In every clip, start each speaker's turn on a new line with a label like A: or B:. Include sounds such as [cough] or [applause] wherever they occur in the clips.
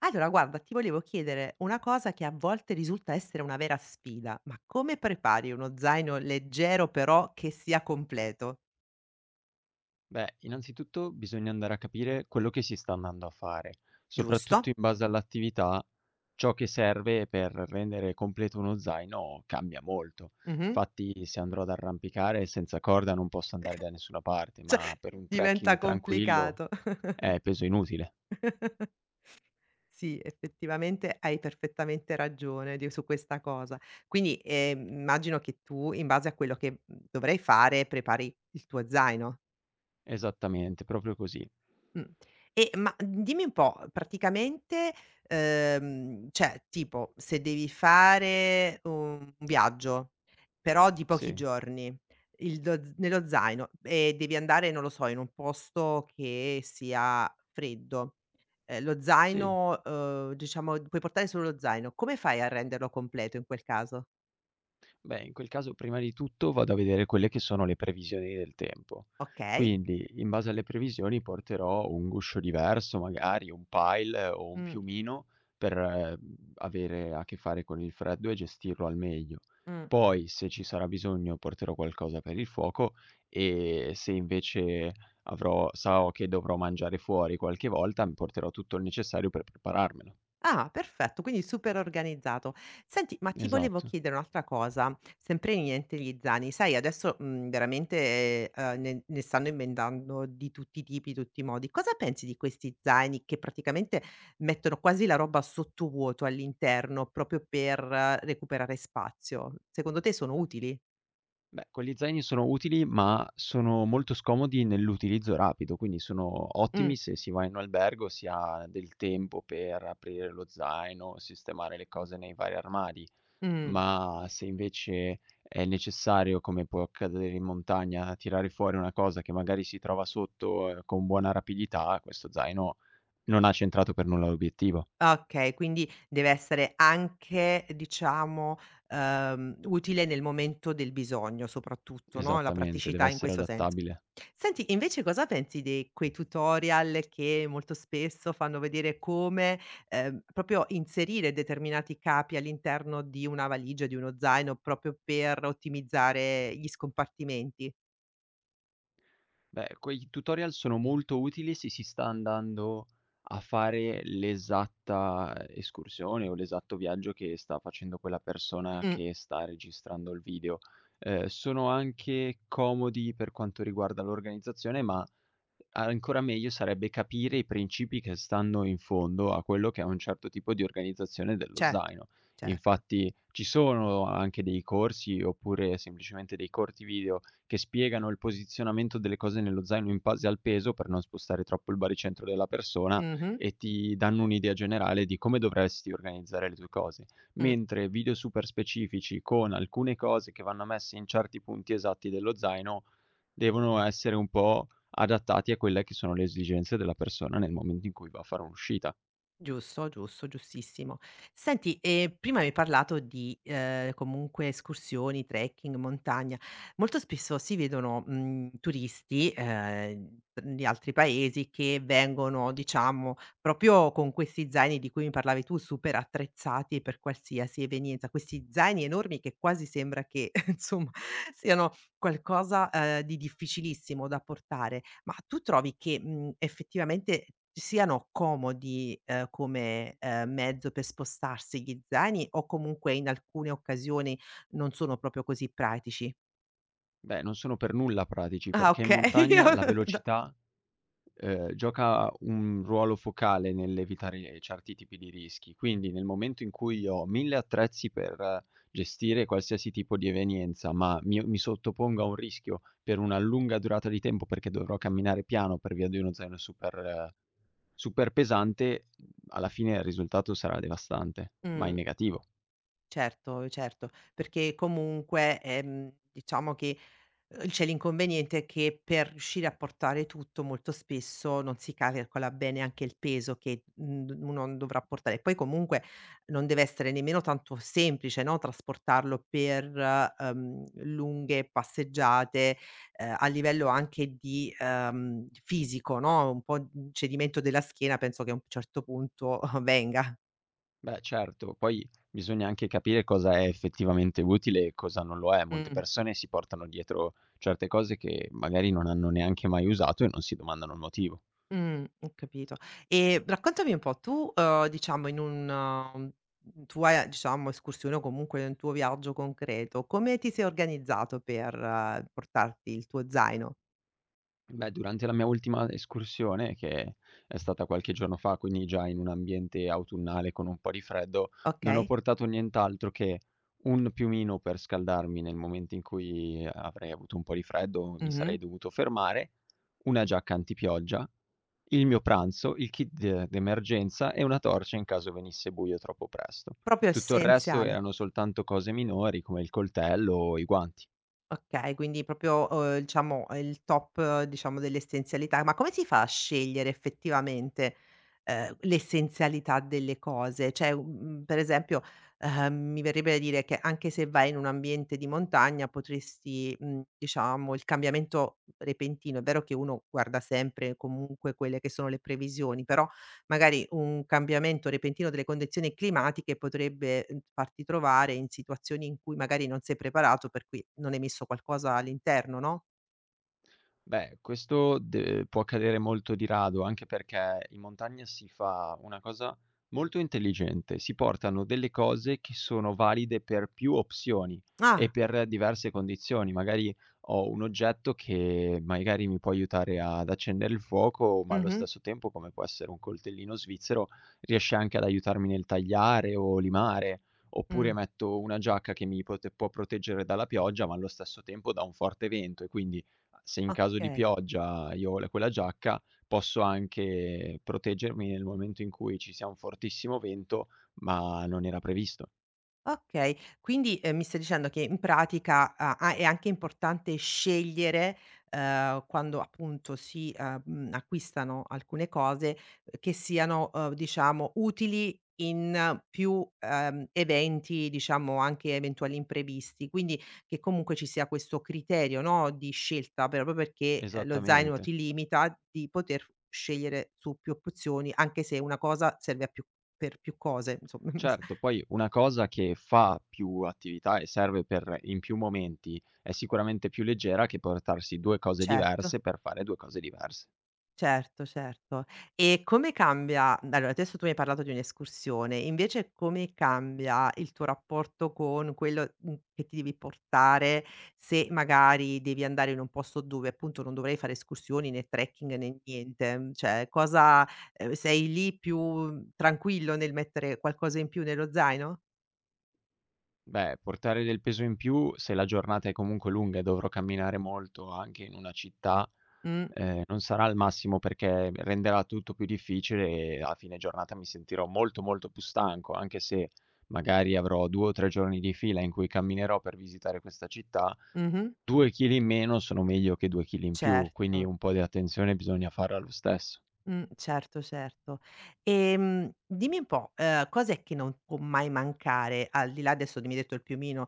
A: Allora, guarda, ti volevo chiedere una cosa che a volte risulta essere una vera sfida, ma come prepari uno zaino leggero però che sia completo?
B: Beh, innanzitutto bisogna andare a capire quello che si sta andando a fare, soprattutto
A: Giusto?
B: in base all'attività, ciò che serve per rendere completo uno zaino cambia molto.
A: Mh-mh.
B: Infatti, se andrò ad arrampicare senza corda non posso andare da nessuna parte,
A: Cioè
B: ma per
A: [laughs]
B: un trekking
A: diventa
B: tranquillo
A: complicato. [laughs]
B: è peso inutile.
A: Sì, effettivamente hai perfettamente ragione di su questa cosa. Quindi, immagino che tu in base a quello che, dovrai fare prepari il tuo zaino.
B: Esattamente, proprio così.
A: Mh. E dimmi un po', praticamente, cioè tipo se devi fare un viaggio, però di pochi
B: Sì,
A: giorni, il do z nello zaino e devi andare, non lo so, in un posto che sia freddo,
B: sì.
A: diciamo puoi portare solo lo zaino, come fai a renderlo completo in quel caso?
B: Beh, in quel caso prima di tutto vado a vedere quelle che sono le previsioni del tempo.
A: Okay.
B: Quindi, in base alle previsioni, porterò un guscio diverso, magari un pile o un
A: Mh,
B: piumino per avere a che fare con il freddo e gestirlo al meglio.
A: mh.
B: Poi, se ci sarà bisogno, porterò qualcosa per il fuoco e se invece avrò, so che dovrò mangiare fuori qualche volta, mi porterò tutto il necessario per prepararmelo.
A: Ah, perfetto, quindi super organizzato. Senti, ma ti volevo
B: Esatto.
A: chiedere un'altra cosa, sempre niente gli zaini. Sai, adesso, veramente, ne stanno inventando di tutti i tipi, tutti i modi. Cosa pensi di questi zaini che praticamente mettono quasi la roba sottovuoto all'interno proprio per recuperare spazio? Secondo te sono utili?
B: Beh, quegli zaini sono utili, ma sono molto scomodi nell'utilizzo rapido, quindi sono ottimi
A: Mh,
B: se si va in un albergo, si ha del tempo per aprire lo zaino, sistemare le cose nei vari armadi,
A: mh.
B: ma se invece è necessario, come può accadere in montagna, tirare fuori una cosa che magari si trova sotto, con buona rapidità, questo zaino non ha centrato per nulla l'obiettivo.
A: Okay, quindi deve essere anche, diciamo, utile nel momento del bisogno soprattutto, no, la
B: Esattamente, deve
A: praticità in
B: essere
A: questo senso.
B: adattabile.
A: Senti, invece cosa pensi di quei tutorial che molto spesso fanno vedere come, proprio inserire determinati capi all'interno di una valigia, di uno zaino, proprio per ottimizzare gli scompartimenti?
B: Beh, quei tutorial sono molto utili se si sta andando a fare l'esatta escursione o l'esatto viaggio che sta facendo quella persona
A: Mh,
B: che sta registrando il video. Sono anche comodi per quanto riguarda l'organizzazione, ma ancora meglio sarebbe capire i principi che stanno in fondo a quello che è un certo tipo di organizzazione dello
A: certo,
B: zaino.
A: certo.
B: Infatti ci sono anche dei corsi, oppure semplicemente dei corti video che spiegano il posizionamento delle cose nello zaino in base al peso per non spostare troppo il baricentro della persona
A: Mh-mh,
B: e ti danno un'idea generale di come dovresti organizzare le tue cose.
A: mh.
B: Mentre video super specifici con alcune cose che vanno messe in certi punti esatti dello zaino devono essere un po' adattati a quelle che sono le esigenze della persona nel momento in cui va a fare un'uscita.
A: Giusto, giusto, giustissimo. Senti, prima mi hai parlato di, comunque escursioni, trekking, montagna. Molto spesso si vedono, turisti, di altri paesi che vengono, diciamo, proprio con questi zaini di cui mi parlavi tu, super attrezzati per qualsiasi evenienza. Questi zaini enormi che quasi sembra che, [laughs] insomma, siano qualcosa, di difficilissimo da portare. Ma tu trovi che, effettivamente siano comodi, come, mezzo per spostarsi gli zaini o comunque in alcune occasioni non sono proprio così pratici?
B: Beh, non sono per nulla pratici,
A: Ah
B: perché in
A: okay.
B: montagna la
A: [laughs]
B: velocità gioca un ruolo focale nell'evitare certi tipi di rischi. Quindi nel momento in cui io ho 1000 attrezzi per gestire qualsiasi tipo di evenienza, ma mi sottopongo a un rischio per una lunga durata di tempo, perché dovrò camminare piano per via di uno zaino super super pesante, alla fine il risultato sarà devastante, ma in
A: Mh,
B: negativo.
A: certo, certo, perché comunque, diciamo che c'è l'inconveniente che per riuscire a portare tutto molto spesso non si calcola bene anche il peso che, mhmm, d uno dovrà portare. Poi comunque non deve essere nemmeno tanto semplice, no, trasportarlo per, lunghe passeggiate, a livello anche di fisico, no, un po' un cedimento della schiena penso che a un certo punto [laughs] venga.
B: Beh, certo, poi bisogna anche capire cosa è effettivamente utile e cosa non lo è. Molte
A: Mh.
B: persone si portano dietro certe cose che magari non hanno neanche mai usato e non si domandano il motivo.
A: Ho capito. E raccontami un po', tu, diciamo mhmm, tua, diciamo, escursione o comunque un tuo viaggio concreto, come ti sei organizzato per portarti il tuo zaino?
B: Beh, durante la mia ultima escursione, che è stata qualche giorno fa, quindi già in un ambiente autunnale con un po' di freddo, non ho
A: Okay.
B: portato nient'altro che un piumino per scaldarmi nel momento in cui avrei avuto un po' di freddo, mi sarei
A: Mh-mh.
B: dovuto fermare, una giacca antipioggia, il mio pranzo, il kit d'emergenza e una torcia in caso venisse buio troppo presto.
A: Proprio
B: Tutto il resto
A: essenziale.
B: erano soltanto cose minori come il coltello o i guanti.
A: Okay, quindi proprio, diciamo, il top, diciamo, dell'essenzialità. Ma come si fa a scegliere effettivamente, l'essenzialità delle cose? Cioè, per esempio, mi verrebbe da dire che anche se vai in un ambiente di montagna potresti, diciamo il cambiamento repentino è vero che uno guarda sempre comunque quelle che sono le previsioni, però magari un cambiamento repentino delle condizioni climatiche potrebbe, farti trovare in situazioni in cui magari non sei preparato, per cui non hai messo qualcosa all'interno, no?
B: Beh, questo de può accadere molto di rado, anche perché in montagna si fa una cosa molto intelligente, si portano delle cose che sono valide per più opzioni e
A: Ah,
B: per diverse condizioni. Magari ho un oggetto che magari mi può aiutare ad accendere il fuoco, ma allo
A: mh-mh,
B: stesso tempo, come può essere un coltellino svizzero, riesce anche ad aiutarmi nel tagliare o limare. Oppure
A: mh,
B: metto una giacca che mi pote può proteggere dalla pioggia, ma allo stesso tempo da un forte vento e quindi se in caso di
A: okay.
B: pioggia io ho la quella giacca, posso anche proteggermi nel momento in cui ci sia un fortissimo vento, ma non era previsto.
A: Okay, quindi, mi stai dicendo che in pratica a è anche importante scegliere, quando appunto si, acquistano alcune cose che siano, diciamo utili in più, eventi, diciamo anche eventuali imprevisti, quindi che comunque ci sia questo criterio, no, di scelta proprio perché, lo zaino
B: Esattamente.
A: ti limita di poter scegliere su più opzioni, anche se una cosa serve a più per più cose, insomma.
B: Certo,
A: [laughs]
B: poi una cosa che fa più attività e serve per in più momenti, è sicuramente più leggera che portarsi 2 cose
A: Certo.
B: diverse per fare 2 cose diverse.
A: Certo, certo. E come cambia allora adesso tu mi hai parlato di un'escursione, invece come cambia il tuo rapporto con quello, che ti devi portare se magari devi andare in un posto dove appunto non dovrai fare escursioni, né trekking, né niente? Mhmm, Cioè cosa sei lì più tranquillo nel mettere qualcosa in più nello zaino?
B: Beh, portare del peso in più, se la giornata è comunque lunga e dovrò camminare molto anche in una città,
A: Mh,
B: non sarà il massimo perché renderà tutto più difficile e a fine giornata mi sentirò molto, molto più stanco, anche se magari avrò 2 o 3 giorni di fila in cui camminerò per visitare questa città,
A: mh-mh,
B: 2 chili in meno sono meglio che 2 chili in più, quindi
A: certo.
B: un po' di attenzione bisogna farla lo stesso.
A: Certo, certo. Dimmi un po', cos'è che non può mai mancare, al di là adesso mi hai detto il piumino,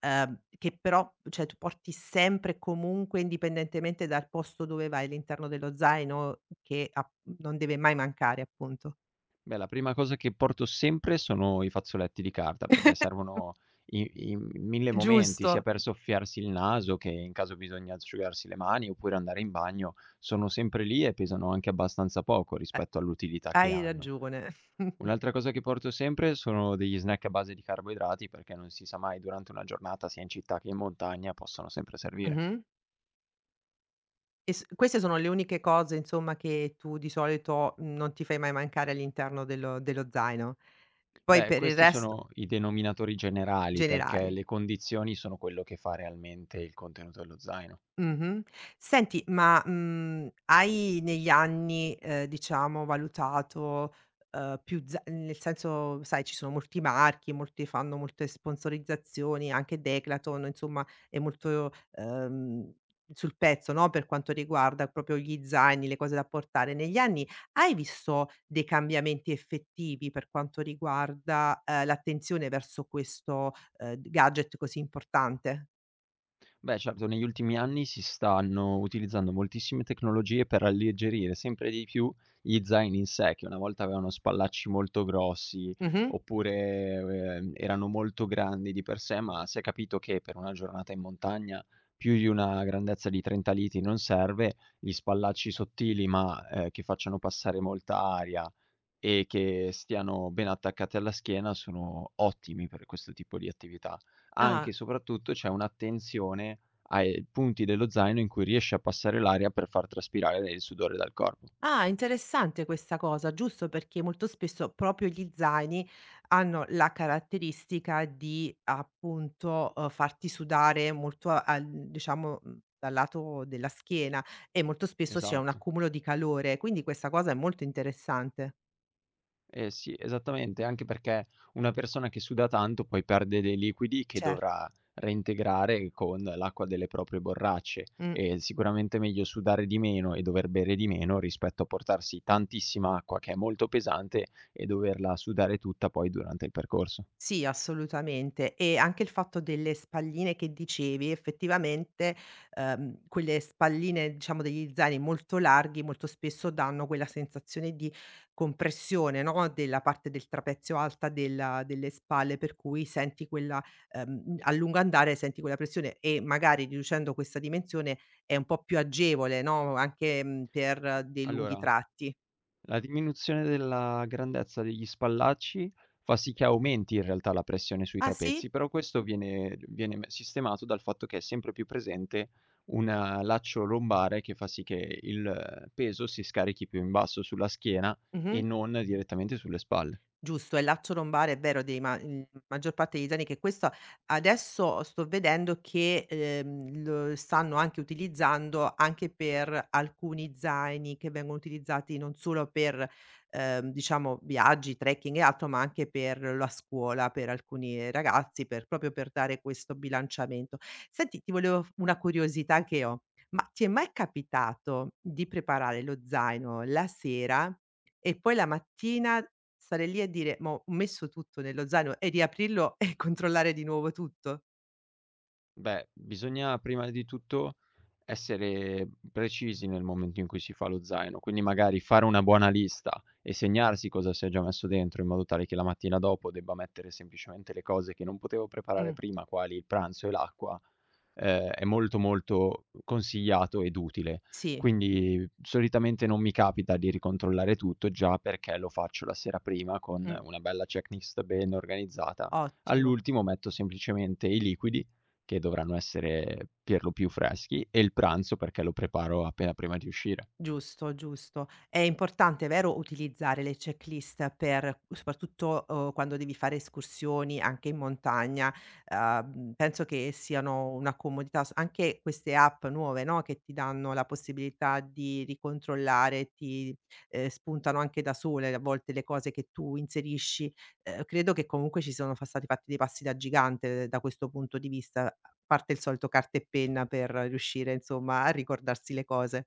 A: che però cioè tu porti sempre e comunque, indipendentemente dal posto dove vai, all'interno dello zaino che a non deve mai mancare, appunto?
B: Beh, la prima cosa che porto sempre sono i fazzoletti di carta, perché
A: [laughs]
B: servono in mille momenti, sia
A: Giusto.
B: per soffiarsi il naso che in caso bisogna asciugarsi le mani oppure andare in bagno, sono sempre lì e pesano anche abbastanza poco
A: Eh,
B: rispetto all'utilità che
A: hai
B: hanno.
A: ragione.
B: Un'altra cosa che porto sempre sono degli snack a base di carboidrati, perché non si sa mai durante una giornata, sia in città che in montagna, possono sempre servire.
A: Mh-mh. E s queste sono le uniche cose, insomma, che tu di solito non ti fai mai mancare all'interno dello zaino. Poi
B: Beh,
A: per il
B: questi
A: resto
B: sono i denominatori generali, perché
A: generale.
B: le condizioni sono quello che fa realmente il contenuto dello zaino.
A: Mh-mh. Senti, ma, hai negli anni, diciamo valutato, più za nel senso, sai, ci sono molti marchi, molti fanno molte sponsorizzazioni, anche Decathlon, insomma, è molto, sul pezzo, no, per quanto riguarda proprio gli zaini, le cose da portare. Negli anni hai visto dei cambiamenti effettivi per quanto riguarda, l'attenzione verso questo, gadget così importante?
B: Beh, certo, negli ultimi anni si stanno utilizzando moltissime tecnologie per alleggerire sempre di più gli zaini in sé, che una volta avevano spallacci molto grossi,
A: Mh-mh.
B: oppure, erano molto grandi di per sé, ma si è capito che per una giornata in montagna più di una grandezza di 30 litri non serve. Gli spallacci sottili, ma, che facciano passare molta aria, e che stiano ben attaccate alla schiena sono ottimi per questo tipo di attività. Anche e
A: Ah.
B: soprattutto c'è un'attenzione ai punti dello zaino in cui riesce a passare l'aria per far traspirare il sudore dal corpo.
A: Ah, interessante questa cosa, giusto perché molto spesso proprio gli zaini hanno la caratteristica di appunto, farti sudare molto a al diciamo, dal lato della schiena e molto spesso c'è un
B: Esatto.
A: accumulo di calore, quindi questa cosa è molto interessante.
B: Eh sì, esattamente, anche perché una persona che suda tanto poi perde dei liquidi che
A: Cer
B: dovrà reintegrare con l'acqua delle proprie borracce.
A: mh.
B: È sicuramente meglio sudare di meno e dover bere di meno rispetto a portarsi tantissima acqua che è molto pesante e doverla sudare tutta poi durante il percorso.
A: Sì, assolutamente. E anche il fatto delle spalline che dicevi, effettivamente, quelle spalline, diciamo, degli zaini molto larghi, molto spesso danno quella sensazione di compressione, no, della parte del trapezio alta della delle spalle, per cui senti quella a lungo andare senti quella pressione e magari riducendo questa dimensione è un po' più agevole, no, anche, per dei lunghi
B: Allora,
A: tratti.
B: la diminuzione della grandezza degli spallacci fa sì che aumenti in realtà la pressione sui
A: Ah sì?
B: trapezi, però questo viene me sistemato dal fatto che è sempre più presente un laccio lombare che fa sì che il peso si scarichi più in basso sulla schiena e
A: Mh-mh.
B: non direttamente sulle spalle.
A: Giusto, è il laccio lombare, è vero, maggior parte degli italiani che questo adesso sto vedendo che, lo stanno anche utilizzando anche per alcuni zaini che vengono utilizzati non solo per, diciamo viaggi, trekking e altro, ma anche per la scuola, per alcuni ragazzi, per dare questo bilanciamento. Senti, ti volevo f una curiosità che ho: ma ti è mai capitato di preparare lo zaino la sera e poi la mattina stare lì e dire: "Ma ho messo tutto nello zaino" e riaprirlo [laughs] e controllare di nuovo tutto?
B: Beh, bisogna prima di tutto essere precisi nel momento in cui si fa lo zaino, quindi magari fare una buona lista e segnarsi cosa si è già messo dentro, in modo tale che la mattina dopo debba mettere semplicemente le cose che non potevo preparare
A: Mh.
B: prima, quali il pranzo e l'acqua, è molto, molto consigliato ed utile.
A: Sì.
B: Quindi solitamente non mi capita di ricontrollare tutto, già perché lo faccio la sera prima con
A: Mh.
B: una bella checklist ben organizzata.
A: Ottimo.
B: All'ultimo metto semplicemente i liquidi, che dovranno essere per lo più freschi, e il pranzo perché lo preparo appena prima di uscire.
A: Giusto, giusto. È importante, vero, utilizzare le checklist per soprattutto, quando devi fare escursioni anche in montagna. Penso che siano una comodità s anche queste app nuove, no, che ti danno la possibilità di ricontrollare, spuntano anche da sole a volte le cose che tu inserisci. Credo che comunque ci sono fa stati fatti dei passi da gigante da questo punto di vista, a parte il solito carta e penna per riuscire, insomma, a ricordarsi le cose.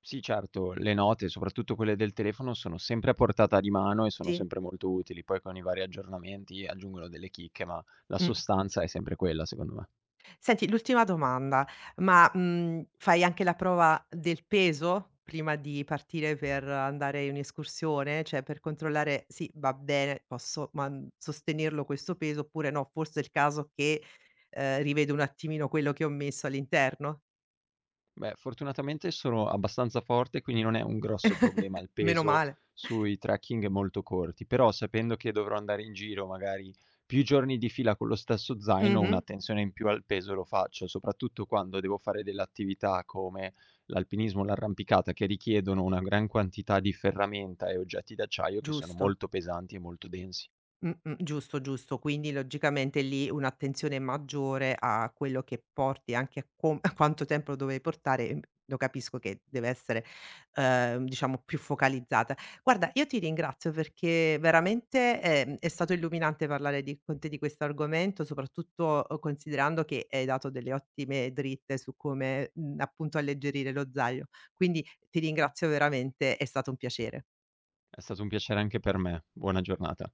B: Sì, certo, le note, soprattutto quelle del telefono, sono sempre a portata di mano e sono
A: Sì.
B: sempre molto utili. Poi con i vari aggiornamenti aggiungono delle chicche, ma la
A: Mh.
B: sostanza è sempre quella, secondo me.
A: Senti, l'ultima domanda, ma, fai anche la prova del peso prima di partire per andare in escursione? Cioè per controllare: "Sì, va bene, posso man sostenerlo questo peso", oppure: "No, forse è il caso che, rivedo un attimino quello che ho messo all'interno.
B: Beh, fortunatamente sono abbastanza forte, quindi non è un grosso problema il
A: Meno
B: peso
A: male."
B: sui trekking molto corti, però sapendo che dovrò andare in giro magari più giorni di fila con lo stesso zaino,
A: Mh-mh,
B: un'attenzione in più al peso lo faccio, soprattutto quando devo fare delle attività come l'alpinismo, l'arrampicata, che richiedono una gran quantità di ferramenta e oggetti d'acciaio che sono
A: giusto.
B: molto pesanti e molto densi.
A: Mh-mh, giusto, giusto. Quindi logicamente lì un'attenzione maggiore a quello che porti, anche a com [laughs] a quanto tempo lo dovevi portare, lo capisco che deve essere, diciamo più focalizzata. Guarda, io ti ringrazio perché veramente, è stato illuminante parlare di con te di questo argomento, soprattutto, considerando che hai dato delle ottime dritte su come, appunto alleggerire lo zaino. Quindi ti ringrazio veramente, è stato un piacere.
B: È stato un piacere anche per me. Buona giornata.